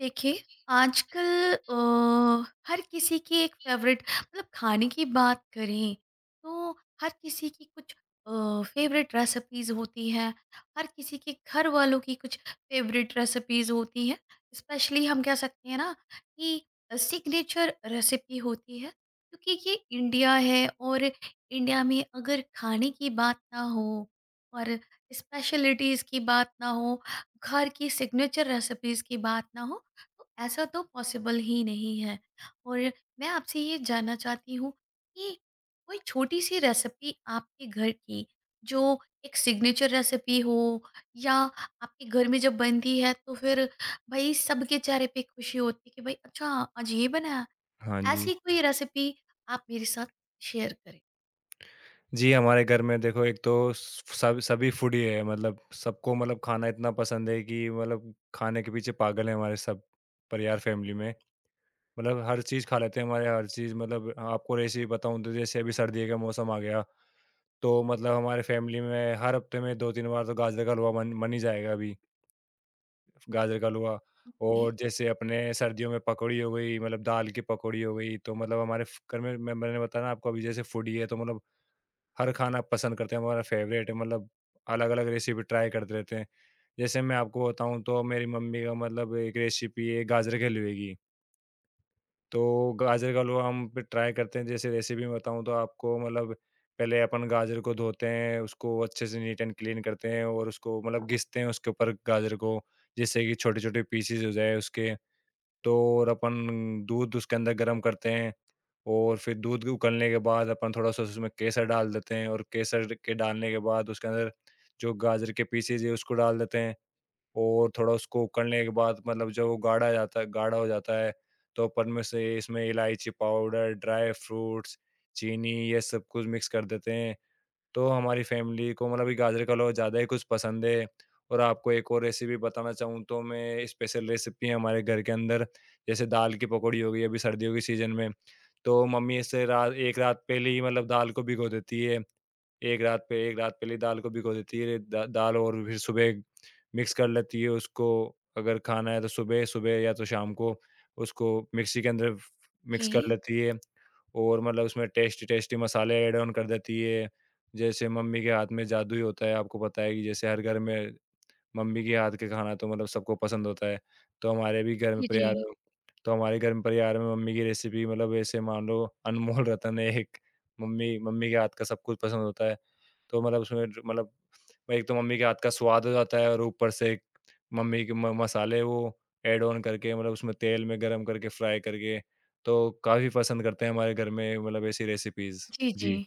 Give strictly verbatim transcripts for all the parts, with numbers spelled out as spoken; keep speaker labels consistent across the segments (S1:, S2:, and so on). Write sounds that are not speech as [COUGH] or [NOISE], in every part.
S1: देखिए, आजकल अ, हर किसी की एक फेवरेट मतलब खाने की बात करें तो हर किसी की कुछ फेवरेट रेसिपीज होती हैं। हर किसी के घर वालों की कुछ फेवरेट रेसिपीज होती हैं। स्पेशली हम कह सकते हैं ना कि सिग्नेचर रेसिपी होती है। क्योंकि ये इंडिया है और इंडिया में अगर खाने की बात ना हो और स्पेशलिटीज़ की बात ना हो, घर की सिग्नेचर रेसिपीज़ की बात ना हो, तो ऐसा तो पॉसिबल ही नहीं है। और मैं आपसे ये जानना चाहती हूँ कि कोई छोटी सी रेसिपी आपके घर की जो एक सिग्नेचर रेसिपी हो, या आपके घर में जब बनती है तो फिर भाई सबके चेहरे पे खुशी होती है कि भाई अच्छा, आज ये बनाया।
S2: हाँ जी।
S1: ऐसी कोई रेसिपी आप मेरे साथ शेयर करें।
S2: जी, हमारे घर में देखो एक तो स सब सभी फूडी है, मतलब सबको मतलब खाना इतना पसंद है कि मतलब खाने के पीछे पागल है हमारे सब परिवार फ़ैमिली में। मतलब हर चीज़ खा लेते हैं हमारे, हर चीज़। मतलब आपको रेसिपी बताऊँ तो जैसे अभी सर्दी का मौसम आ गया, तो मतलब हमारे फ़ैमिली में हर हफ़्ते में दो तीन बार तो गाजर का हलवा बन बन ही जाएगा अभी, गाजर का हलवा।
S1: ओके।
S2: और जैसे अपने सर्दियों में पकौड़ी हो गई, मतलब दाल की पकौड़ी हो गई, तो मतलब हमारे फ घर में मैं मैंने बताया ना आपको, अभी जैसे फूडी है तो मतलब हर खाना पसंद करते हैं, हमारा फेवरेट है। मतलब अलग-अलग रेसिपी ट्राई करते रहते हैं। जैसे मैं आपको बताऊँ तो मेरी मम्मी का मतलब एक रेसिपी है गाजर के हलवे की। तो गाजर का हलवा हम फिर ट्राई करते हैं। जैसे रेसिपी में बताऊँ तो आपको, मतलब पहले अपन गाजर को धोते हैं, उसको अच्छे से नीट एंड क्लीन करते हैं और उसको मतलब घिसते हैं उसके ऊपर, गाजर को, जिससे कि छोटे-छोटे पीसेस हो जाए उसके। तो और अपन दूध उसके अंदर गर्म करते हैं और फिर दूध उकलने के बाद अपन थोड़ा-सा उसमें केसर डाल देते हैं और केसर के डालने के बाद उसके अंदर जो गाजर के पीसेज़ है उसको डाल देते हैं और थोड़ा उसको उकलने के बाद, मतलब जब वो गाढ़ा जाता है, गाढ़ा हो जाता है, तो अपन में से इसमें इलायची पाउडर, ड्राई फ्रूट्स, चीनी, ये सब कुछ मिक्स कर देते हैं। तो हमारी फ़ैमिली को मतलब ये गाजर का हलवा ज़्यादा ही कुछ पसंद है। और आपको एक और रेसिपी बताना चाहूँ तो मैं, स्पेशल रेसिपी है हमारे घर के अंदर, जैसे दाल की पकौड़ी हो गई अभी सर्दियों के सीज़न में। तो मम्मी इससे रात, एक रात पहले ही मतलब दाल को भिगो देती है। एक रात पे एक रात पहले ही दाल को भिगो देती है। द दाल, और फिर सुबह मिक्स कर लेती है उसको, अगर खाना है तो सुबह, सुबह या तो शाम को उसको मिक्सी के अंदर
S1: ओके।
S2: मिक्स कर लेती है। और मतलब उसमें टेस्टी-टेस्टी मसाले ऐड ऑन कर देती है। जैसे मम्मी के हाथ में जादू ही होता है, आपको पता है कि जैसे हर घर में मम्मी के हाथ का खाना तो मतलब सबको पसंद होता है। तो हमारे भी घर में
S1: जी जी।
S2: परिवार तो हमारे घर में परिवार में मम्मी की रेसिपी, मतलब ऐसे मान लो अनमोल रतन है एक। मम्मी मम्मी के हाथ का सब कुछ पसंद होता है। तो मतलब उसमें जो मतलब एक तो मम्मी के हाथ का स्वाद हो जाता है और ऊपर से एक मम्मी के म मसाले वो ऐड ऑन करके, मतलब उसमें तेल में गरम करके फ्राई करके, तो काफ़ी पसंद करते हैं हमारे घर में मतलब ऐसी रेसिपीज़।
S1: जी जी।
S2: जी।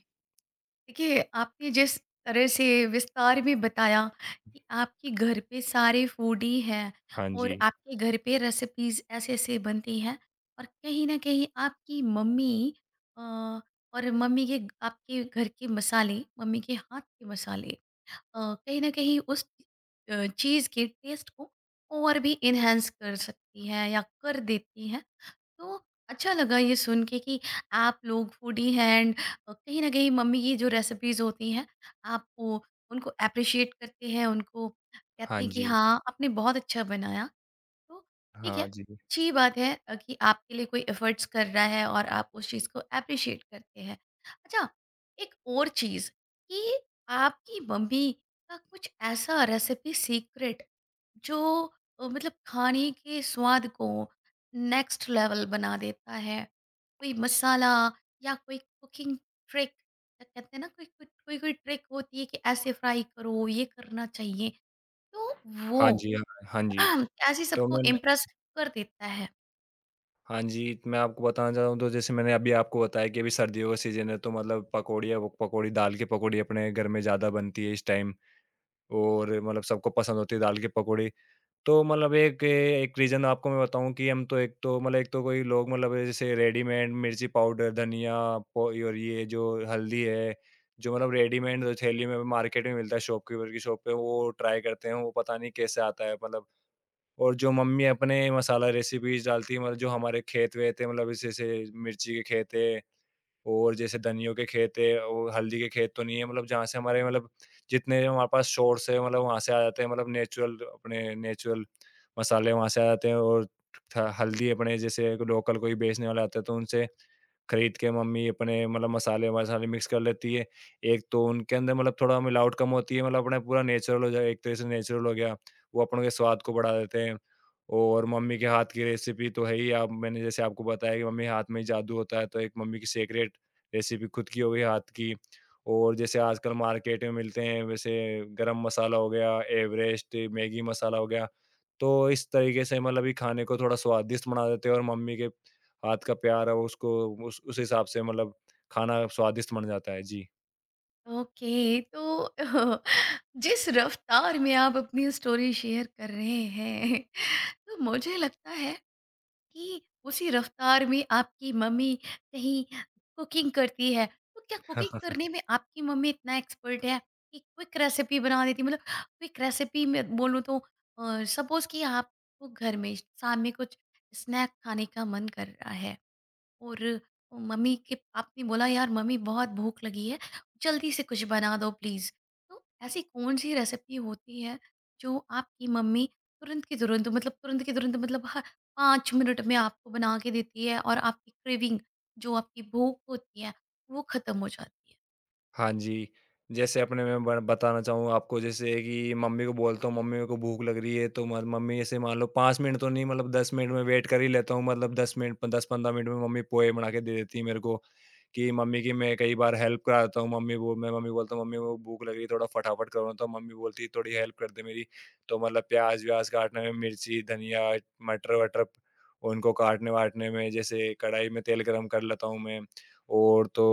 S1: देखिए, आपने जिस तरह से विस्तार में बताया कि आपके घर पे सारे फूडी हैं
S2: हाँ
S1: और
S2: जी।
S1: आपके घर पे रेसिपीज़ ऐसे-ऐसे बनती हैं और कहीं न कहीं आपकी मम्मी अ, और मम्मी के आपके घर के मसाले, मम्मी के हाथ के मसाले अ, कहीं न कहीं उस अ, चीज़ के टेस्ट को और भी एनहांस कर सकती हैं या कर देती हैं। तो अच्छा लगा ये सुन के कि आप लोग फूडी हैं एंड कहीं ना कहीं मम्मी की जो रेसिपीज होती हैं आप वो उनको अप्रिशिएट करते हैं, उनको कहते
S2: हाँ
S1: हैं कि
S2: जी।
S1: हाँ आपने बहुत अच्छा बनाया। तो ठीक है,
S2: हाँ जी।
S1: अच्छी बात है अ, कि आपके लिए कोई एफ़र्ट्स कर रहा है और आप उस चीज़ को एप्रिशिएट करते हैं। अच्छा, एक और चीज़ कि आपकी मम्मी का कुछ ऐसा रेसिपी सीक्रेट जो अ, मतलब खाने के स्वाद को नेक्स्ट लेवल बना देता है, कोई मसाला या कोई कुकिंग ट्रिक। अ, कहते हैं ना कोई कोई कोई कोई ट्रिक होती है कि ऐसे फ्राई करो, ये करना चाहिए, तो
S2: हाँ
S1: वो?
S2: जी, हाँ, हाँ जी।
S1: हाँ, ऐसे
S2: तो
S1: सबको
S2: मैंने
S1: इम्प्रेस कर देता है।
S2: हाँ जी, मैं आपको बताना चाहूँ तो जैसे मैंने अभी आपको बताया कि अभी सर्दियों का सीज़न है तो मतलब पकौड़ियाँ वो पकौड़ी दाल की पकौड़ी अपने घर में ज़्यादा बनती है इस टाइम, और मतलब सबको पसंद होती है दाल की पकौड़ी। तो मतलब एक एक रीज़न आपको मैं बताऊँ कि हम तो, एक तो मतलब एक तो कोई लोग मतलब जैसे रेडीमेड मिर्ची पाउडर, धनिया पो और ये जो हल्दी है, जो मतलब रेडीमेड थैली में मार्केट में मिलता है, शॉपकीपर की शॉप पे, वो ट्राई करते हैं, वो पता नहीं कैसे आता है मतलब और जो मम्मी अपने मसाला रेसिपीज़ डालती है, मतलब जो हमारे खेत-वेत है, मतलब जैसे जैसे मिर्ची के खेत है और जैसे धनियों के खेत है और हल्दी के खेत तो नहीं है, मतलब जहाँ से हमारे मतलब जितने हमारे पास सोर्स है, मतलब वहाँ से आ जाते हैं। मतलब नेचुरल अपने नेचुरल मसाले वहाँ से आ जाते हैं। और थ हल्दी अपने जैसे लोकल कोई बेचने वाला आता है तो उनसे खरीद के मम्मी अपने मतलब मसाले-वसाले मिक्स कर लेती है। एक तो उनके अंदर मतलब थोड़ा मिलावट कम होती है, मतलब अपना पूरा नेचुरल हो जाए, एक तरह से नेचुरल हो गया, वो अपन के स्वाद को बढ़ा देते हैं। और मम्मी के हाथ की रेसिपी तो है ही। आप, मैंने जैसे आपको बताया कि मम्मी के हाथ में ही जादू होता है, तो एक मम्मी की सीक्रेट रेसिपी खुद की हो गई हाथ की। और जैसे आजकल मार्केट में मिलते हैं वैसे गरम मसाला हो गया, एवरेस्ट, मैगी मसाला हो गया, तो इस तरीके से मतलब ये खाने को थोड़ा स्वादिष्ट बना देते हैं और मम्मी के हाथ का प्यार है वो उसको उस उस हिसाब से मतलब खाना स्वादिष्ट बन जाता है। जी।
S1: ओके, तो [LAUGHS] जिस रफ्तार में आप अपनी स्टोरी शेयर कर रहे हैं, [LAUGHS] तो मुझे लगता है कि उसी रफ्तार में आपकी मम्मी कहीं कुकिंग करती है। तो क्या कुकिंग
S2: [LAUGHS]
S1: करने में आपकी मम्मी इतना एक्सपर्ट है कि क्विक रेसिपी बना देती है? मतलब क्विक रेसिपी मैं बोलूँ तो अ, सपोज़ कि आपको घर में शाम में कुछ स्नैक खाने का मन कर रहा है। और मम्मी के आपने बोला यार मम्मी बहुत भूख लगी है, जल्दी से कुछ बना दो प्लीज़। तो ऐसी कौन सी रेसिपी होती है जो आपकी मम्मी तुरंत के तुरंत मतलब तुरंत के तुरंत मतलब हर पाँच मिनट में आपको बना के देती है और आपकी क्रेविंग जो आपकी भूख होती है वो ख़त्म हो जाती है।
S2: हाँ जी, जैसे अपने मैं ब बताना चाहूँगा आपको, जैसे कि मम्मी को बोलता हूँ, "मम्मी मेरे को भूख लग रही है" तो म मम्मी ऐसे मान लो पाँच मिनट तो नहीं, मतलब दस मिनट में वेट कर ही लेता हूँ। मतलब दस मिनट दस पंद्रह मिनट में मम्मी पोहे बना के दे देती है मेरे को। कि मम्मी की मैं कई बार हेल्प करा देता हूँ। मम्मी वो मैं मम्मी को बोलता हूँ, "मम्मी वो भूख लग रही है, थोड़ा फटाफट करो ना।" तो मम्मी बोलती है, "थोड़ी हेल्प कर दे मेरी।" तो मतलब प्याज़-व्याज़ काटने में, मिर्ची, धनिया, मटर-वटर उनको काटने-वाटने में, जैसे कढ़ाई में तेल गरम कर लेता हूँ मैं, और तो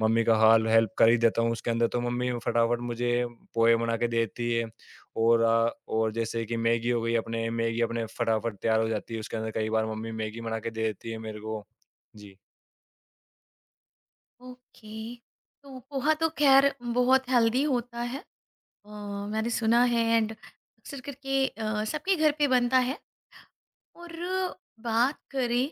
S2: मम्मी का हाल हेल्प कर ही देता हूँ उसके अंदर। तो मम्मी फटाफट मुझे पोहे बना के देती है। और अ, और जैसे कि मैगी हो गई, अपने मैगी अपने फटाफट तैयार हो जाती है, उसके अंदर कई बार मम्मी मैगी बना के दे देती है मेरे को। जी।
S1: ओके। तो पोहा तो खैर बहुत हेल्दी होता है, अ, मैंने सुना है एंड अक्सर करके अ, सबके घर पे बनता है। और बात करें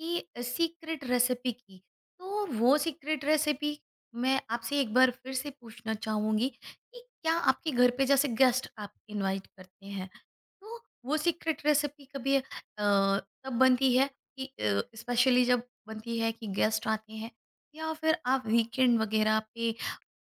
S1: कि सीक्रेट रेसिपी की, तो वो सीक्रेट रेसिपी मैं आपसे एक बार फिर से पूछना चाहूँगी कि क्या आपके घर पे जैसे गेस्ट आप इनवाइट करते हैं तो वो सीक्रेट रेसिपी कभी अ, तब बनती है, कि स्पेशली जब बनती है कि गेस्ट आते हैं या फिर आप वीकेंड वगैरह पे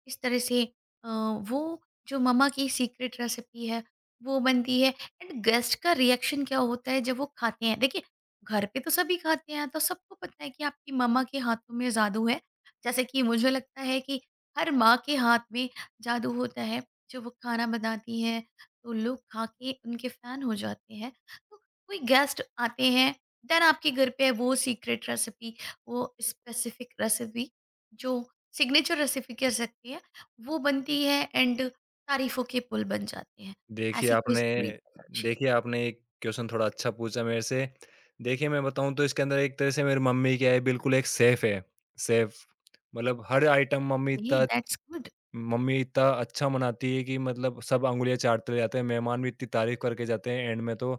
S1: इस तरह से अ, वो जो मम्मा की सीक्रेट रेसिपी है वो बनती है एंड गेस्ट का रिएक्शन क्या होता है जब वो खाते हैं। देखिए, घर पे तो सभी खाते हैं तो सबको पता है कि आपकी मम्मा के हाथों में जादू है। जैसे कि मुझे लगता है कि हर माँ के हाथ में जादू होता है, जो वो खाना बनाती है तो लोग खा के उनके फैन हो जाते हैं। तो कोई गेस्ट आते हैं देन आपके घर पे वो सीक्रेट रेसिपी, वो स्पेसिफिक रेसिपी जो सिग्नेचर रेसिपी कह सकती है, वो बनती है एंड तारीफ़ों के पुल बन जाते हैं।
S2: देखिए
S1: ऐसी कोई
S2: आपने
S1: स्टोरी शेयर।
S2: देखिए आपने एक क्वेश्चन थोड़ा अच्छा पूछा मेरे से। देखिए मैं बताऊँ तो इसके अंदर एक तरह से मेरी मम्मी क्या है, बिल्कुल एक सेफ है, सेफ मतलब हर आइटम, मम्मी
S1: ओके,
S2: इतना
S1: दैट्स गुड।
S2: मम्मी इतना अच्छा मनाती है कि मतलब सब अंगुलियाँ चाटते रह जाते हैं, मेहमान भी इतनी तारीफ़ करके जाते हैं एंड में तो,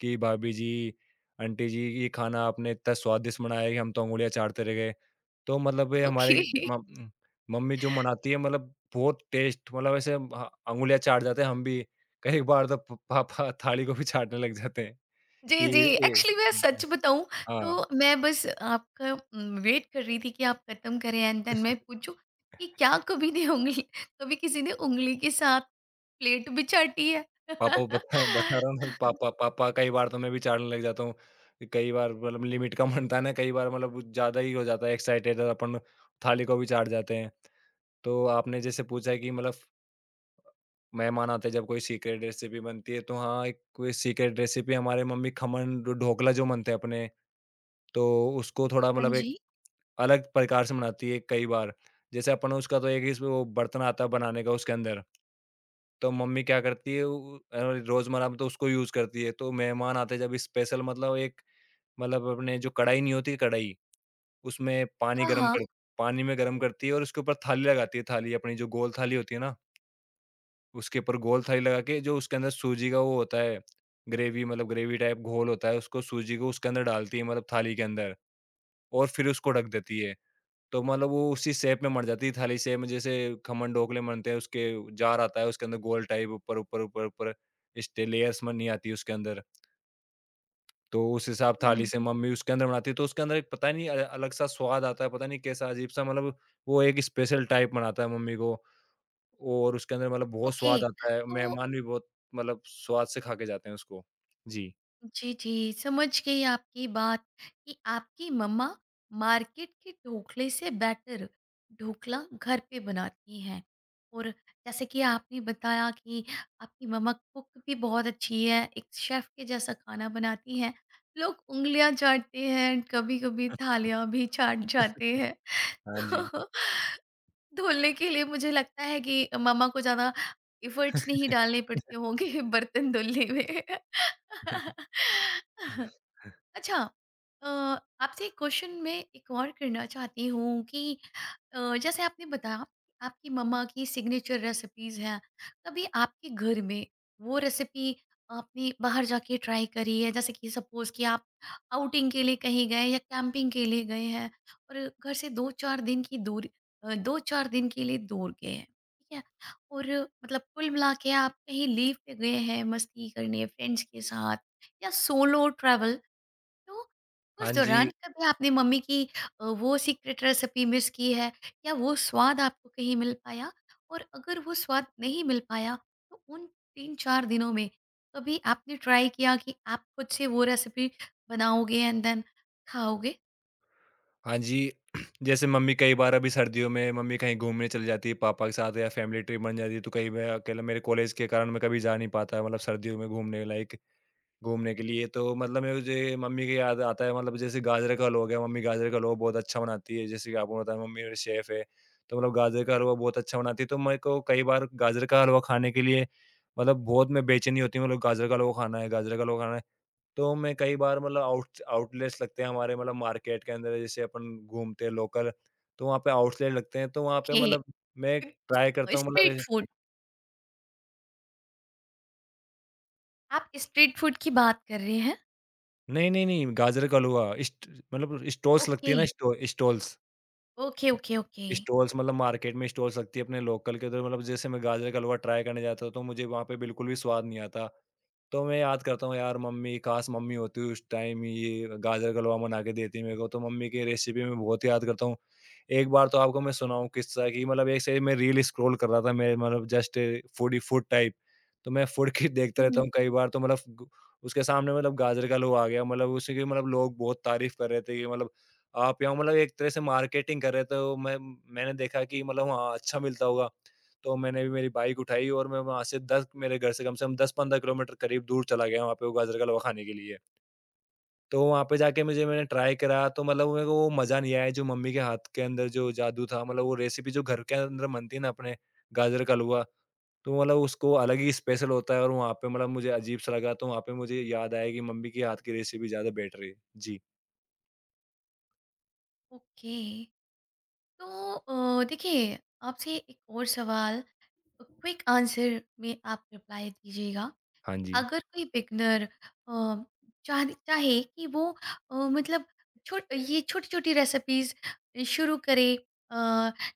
S2: कि "भाभी जी, आंटी जी, ये खाना आपने इतना स्वादिष्ट बनाया कि हम तो उँगलियाँ चाटते रह गए।" तो मतलब ये
S1: ओके।
S2: हमारे
S1: [LAUGHS]
S2: मम मम्मी जो बनाती है, मतलब बहुत टेस्ट मतलब ऐसे ह उँगलियाँ चाट जाते हैं हम भी। कई बार तो प पापा थाली को भी चाटने लग जाते हैं कि
S1: जी, जी।
S2: ए
S1: एक्चुअली मैं
S2: ए,
S1: सच बताऊँ
S2: हाँ,
S1: तो मैं बस आपका उम, वेट कर रही थी कि आप खत्म करें एंड देन मैं पूछूँ कि क्या कभी ने उंगली कभी किसी ने उंगली के साथ प्लेट भी चाटी है?
S2: पापा को बता बता
S1: [LAUGHS]
S2: रहा हूँ ना, पापा पापा कई बार तो मैं भी चाटने लग जाता हूँ। कई बार मतलब लिमिट का बनता है ना, कई बार मतलब ज़्यादा ही हो जाता है एक्साइटेड और अपन थाली को भी चाट जाते हैं। तो आपने जैसे पूछा है कि मतलब मेहमान आते हैं जब कोई सीक्रेट रेसिपी बनती है, तो हाँ, एक कोई सीक्रेट रेसिपी हमारे मम्मी, खमन ढो ढोकला जो बनते हैं अपने, तो उसको थोड़ा
S1: हाँ
S2: मतलब एक
S1: जी।
S2: अलग प्रकार से बनाती है कई बार। जैसे अपन, उसका तो एक ही इसमें वो बर्तन आता है बनाने का उसके अंदर, तो मम्मी क्या करती है, उ अ, रोज़मर्रा में तो उसको यूज़ करती है। तो मेहमान आते हैं जब, स्पेशल मतलब एक मतलब अपने जो कढ़ाई नहीं होती, कढ़ाई, उसमें पानी
S1: हाँ,
S2: गरम
S1: हाँ।
S2: कर पानी में गरम करती है और उसके ऊपर थाली लगाती है, थाली अपनी जो गोल थाली होती है ना, उसके ऊपर गोल थाली लगा के, जो उसके अंदर सूजी का वो होता है, ग्रेवी, मतलब ग्रेवी टाइप घोल होता है, उसको, सूजी को उसके अंदर डालती है मतलब थाली के अंदर, और फिर उसको ढक देती है। तो मतलब वो उसी शेप में मढ़ जाती है, थाली शेप में। जैसे खमन ढोकले बनते हैं, उसके जार आता है, उसके अंदर गोल टाइप ऊपर, ऊपर, ऊपर, ऊपर स्टे लेयर्स बनी आती है उसके अंदर। तो उस हिसाब
S1: हुँ,
S2: थाली
S1: हुँ।
S2: से मम्मी उसके अंदर बनाती है, तो उसके अंदर एक पता नहीं अ, अलग-सा स्वाद आता है, पता नहीं कैसा अजीब-सा, मतलब वो एक स्पेशल टाइप बनाता है मम्मी को। और उसके अंदर मतलब बहुत
S1: ओके।
S2: स्वाद आता है,
S1: तो
S2: मेहमान भी बहुत मतलब स्वाद से खा के जाते हैं उसको। जी।
S1: जी, जी, समझ गई आपकी बात कि आपकी मम्मा मार्केट के ढोकले से बेटर ढोकला घर पे बनाती हैं। और जैसे कि आपने बताया कि आपकी मम्मा कुक भी बहुत अच्छी है, एक शेफ़ के जैसा खाना बनाती हैं। लोग उँगलियाँ चाटते हैं, कभी-कभी
S2: [LAUGHS]
S1: थालियाँ भी चाट जाते हैं।
S2: हाँ जी।
S1: [LAUGHS] तो धुलने के लिए मुझे लगता है कि मम्मा को ज़्यादा एफ़र्ट्स नहीं डालने पड़ते होंगे [LAUGHS] बर्तन धुलने में। [LAUGHS] अच्छा, अ, आपसे एक क्वेश्चन मैं एक और करना चाहती हूँ कि अ, जैसे आपने बताया कि आपकी मम्मा की सिग्नेचर रेसिपीज हैं, कभी आपके घर में वो रेसिपी आपने बाहर जाके ट्राई करी है? जैसे कि सपोज कि आप आउटिंग के लिए कहीं गए या कैंपिंग के लिए गए हैं और घर से दो चार दिन की दूरी अ, दो चार दिन के लिए दूर गए हैं, ठीक है, और मतलब कुल मिला के आप कहीं लीव पे गए हैं मस्ती करने फ्रेंड्स के साथ या सोलो ट्रैवल, तो
S2: हाँ
S1: उस
S2: जी,
S1: दौरान कभी आपने मम्मी की अ, वो सीक्रेट रेसिपी मिस की है, या वो स्वाद आपको कहीं मिल पाया? और अगर वो स्वाद नहीं मिल पाया तो उन तीन चार दिनों में कभी आपने ट्राई किया कि आप खुद से वो रेसिपी बनाओगे एंड देन खाओगे?
S2: हाँ जी। [CLEARS THROAT] जैसे मम्मी कई बार, अभी सर्दियों में मम्मी कहीं घूमने चली जाती है पापा के साथ, या फैमिली ट्रिप बन जाती है, तो कहीं मैं अकेला, मेरे कॉलेज के कारण मैं कभी जा नहीं पाता, मतलब सर्दियों में घूमने, लाइक घूमने के लिए, तो मतलब मेरे मुझे मम्मी की याद आता है। मतलब जैसे गाजर का हलवा हो गया, मम्मी गाजर का हलवा बहुत अच्छा बनाती है, जैसे कि आपको पता है मम्मी मेरे शेफ है, तो मतलब गाजर का हलवा बहुत अच्छा बनाती है, तो मेरे को कई बार गाजर का हलवा खाने के लिए मतलब बहुत में बेचैनी होती है, मतलब गाजर का हलवा खाना है, गाजर का हलवा खाना है। तो मैं कई बार, मतलब आउट आउटलेट्स लगते हैं हमारे, मतलब मार्केट के अंदर जैसे अपन घूमते हैं लोकल, तो वहाँ पे आउटलेट लगते हैं, तो वहाँ पे
S1: ओके,
S2: मतलब मैं ट्राई करता हूँ मतलब
S1: स्ट्रीट
S2: ऐसे-
S1: फूड। आप स्ट्रीट फूड की बात कर रहे हैं?
S2: नहीं नहीं नहीं, गाजर का हलवा इस्ट मतलब स्टॉल्स लगती
S1: ओके,
S2: है ना, stall,
S1: okay, okay, okay.
S2: Stalls मतलब मार्केट में स्टॉल्स लगती है अपने लोकल के उधर। मतलब जैसे मैं गाजर का हलवा ट्राई करने जाता था, तो मुझे वहाँ पे बिल्कुल भी स्वाद नहीं आता। तो मैं याद करता हूँ, यार मम्मी, काश मम्मी होती उस टाइम, ये गाजर का हलवा बना के देती मेरे को, तो मम्मी की रेसिपी मैं बहुत याद करता हूँ। एक बार तो आपको मैं सुनाऊँ किस्सा कि, मतलब एक से मैं रील स्क्रॉल कर रहा था मैं, मतलब जस्ट फूडी फूड टाइप। तो मैं फूड की देखता
S1: हुँ,
S2: रहता
S1: हुँ।
S2: हूँ कई बार, तो मतलब ग उसके सामने मतलब गाजर का हलवा आ गया, मतलब उसी की, मतलब लोग बहुत तारीफ़ कर रहे थे कि मतलब आप यहाँ मतलब एक तरह से मार्केटिंग कर रहे थे, तो मैं मैंने देखा कि, मतलब हाँ, अच्छा मिलता होगा। तो मैंने भी मेरी बाइक उठाई और मैं वहाँ से दस मेरे घर से कम से कम दस पंद्रह किलोमीटर करीब दूर चला गया वहाँ पे वो गाजर का हलवा खाने के लिए। तो वहाँ पे जाके मुझे मैंने ट्राई करा, तो मतलब मेरे को वो मज़ा नहीं आया जो मम्मी के हाथ के अंदर जो जादू था, मतलब वो रेसिपी जो घर के अंदर बनती है ना अपने, गाजर का हलवा, तो मतलब उसको अलग ही स्पेशल होता है। और वहाँ पे मतलब मुझे अजीब-सा लगा, तो वहाँ पे मुझे याद आया कि मम्मी के हाथ की रेसिपी ज़्यादा बेटर है। जी।
S1: ओके। तो अ, देखिए आपसे एक और सवाल, क्विक आंसर में आप रिप्लाई दीजिएगा
S2: हाँ
S1: कि
S2: जी।
S1: अगर कोई बिगनर चाह चाहे कि वो अ, मतलब छोट ये छोटी छोटी रेसिपीज शुरू करे, अ,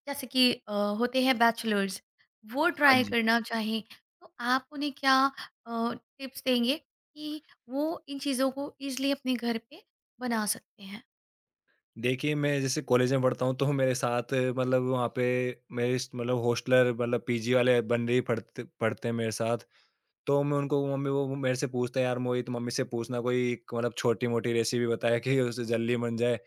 S1: जैसे कि अ, होते हैं बैचलर्स, वो
S2: हाँ
S1: ट्राई
S2: जी।
S1: करना चाहें तो आप उन्हें क्या टिप्स देंगे कि वो इन चीज़ों को इजली अपने घर पे बना सकते हैं?
S2: देखिए, मैं जैसे कॉलेज में पढ़ता हूँ तो मेरे साथ मतलब वहाँ पे मेरे स मतलब हॉस्टलर, मतलब पीजी वाले बंदे ही पढ़ते पढ़ते हैं मेरे साथ। तो मैं उनको मम्मी, वो वो मेरे से पूछते हैं, "यार मोहित, मम्मी से पूछना कोई एक मतलब छोटी-मोटी रेसिपी बताएँ कि उससे जल्दी बन जाए।"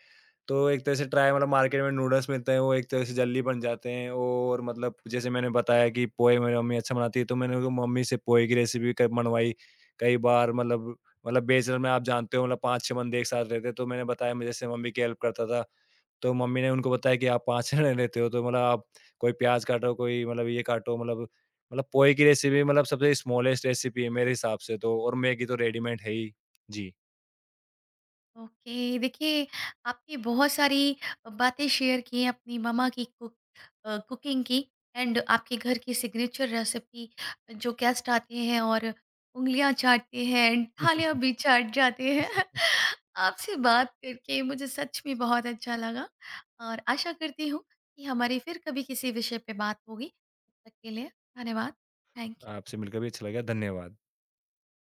S2: तो एक तरह से ट्राई, मतलब मार्केट में नूडल्स मिलते हैं, वो एक तरह से जल्दी बन जाते हैं। और मतलब जैसे मैंने बताया कि पोहे मेरी मम्मी अच्छा बनाती है, तो मैंने उनको मम्मी से पोहे की रेसिपी क मनवाई। कई बार मतलब मतलब बेचने में आप जानते हो, मतलब पाँच छह बंदे एक साथ रहते हैं, तो मैंने बताया मैं जैसे मम्मी की हेल्प करता था। तो मम्मी ने उनको बताया कि आप पाँच [LAUGHS] जने रहते हो, तो मतलब आप कोई प्याज़ काटो, कोई मतलब ये काटो, मतलब मतलब पोहे की रेसिपी मतलब सबसे स्मॉलेस्ट रेसिपी है मेरे हिसाब से, तो और मैगी तो रेडीमेड है ही। जी।
S1: ओके, देखिए आपने बहुत सारी बातें शेयर की हैं अपनी मम्मा की कुक अ, कुकिंग की एंड आपके घर की सिग्नेचर रेसिपी जो गेस्ट आते हैं और उंगलियां चाटते हैं एंड थालियां भी
S2: [LAUGHS]
S1: चाट जाते हैं। [LAUGHS] आपसे बात करके मुझे सच में बहुत अच्छा लगा और आशा करती हूँ कि हमारी फिर कभी किसी विषय पे बात होगी। तब तक के लिए धन्यवाद। Thank you.
S2: आपसे मिलकर भी अच्छा लगा। धन्यवाद।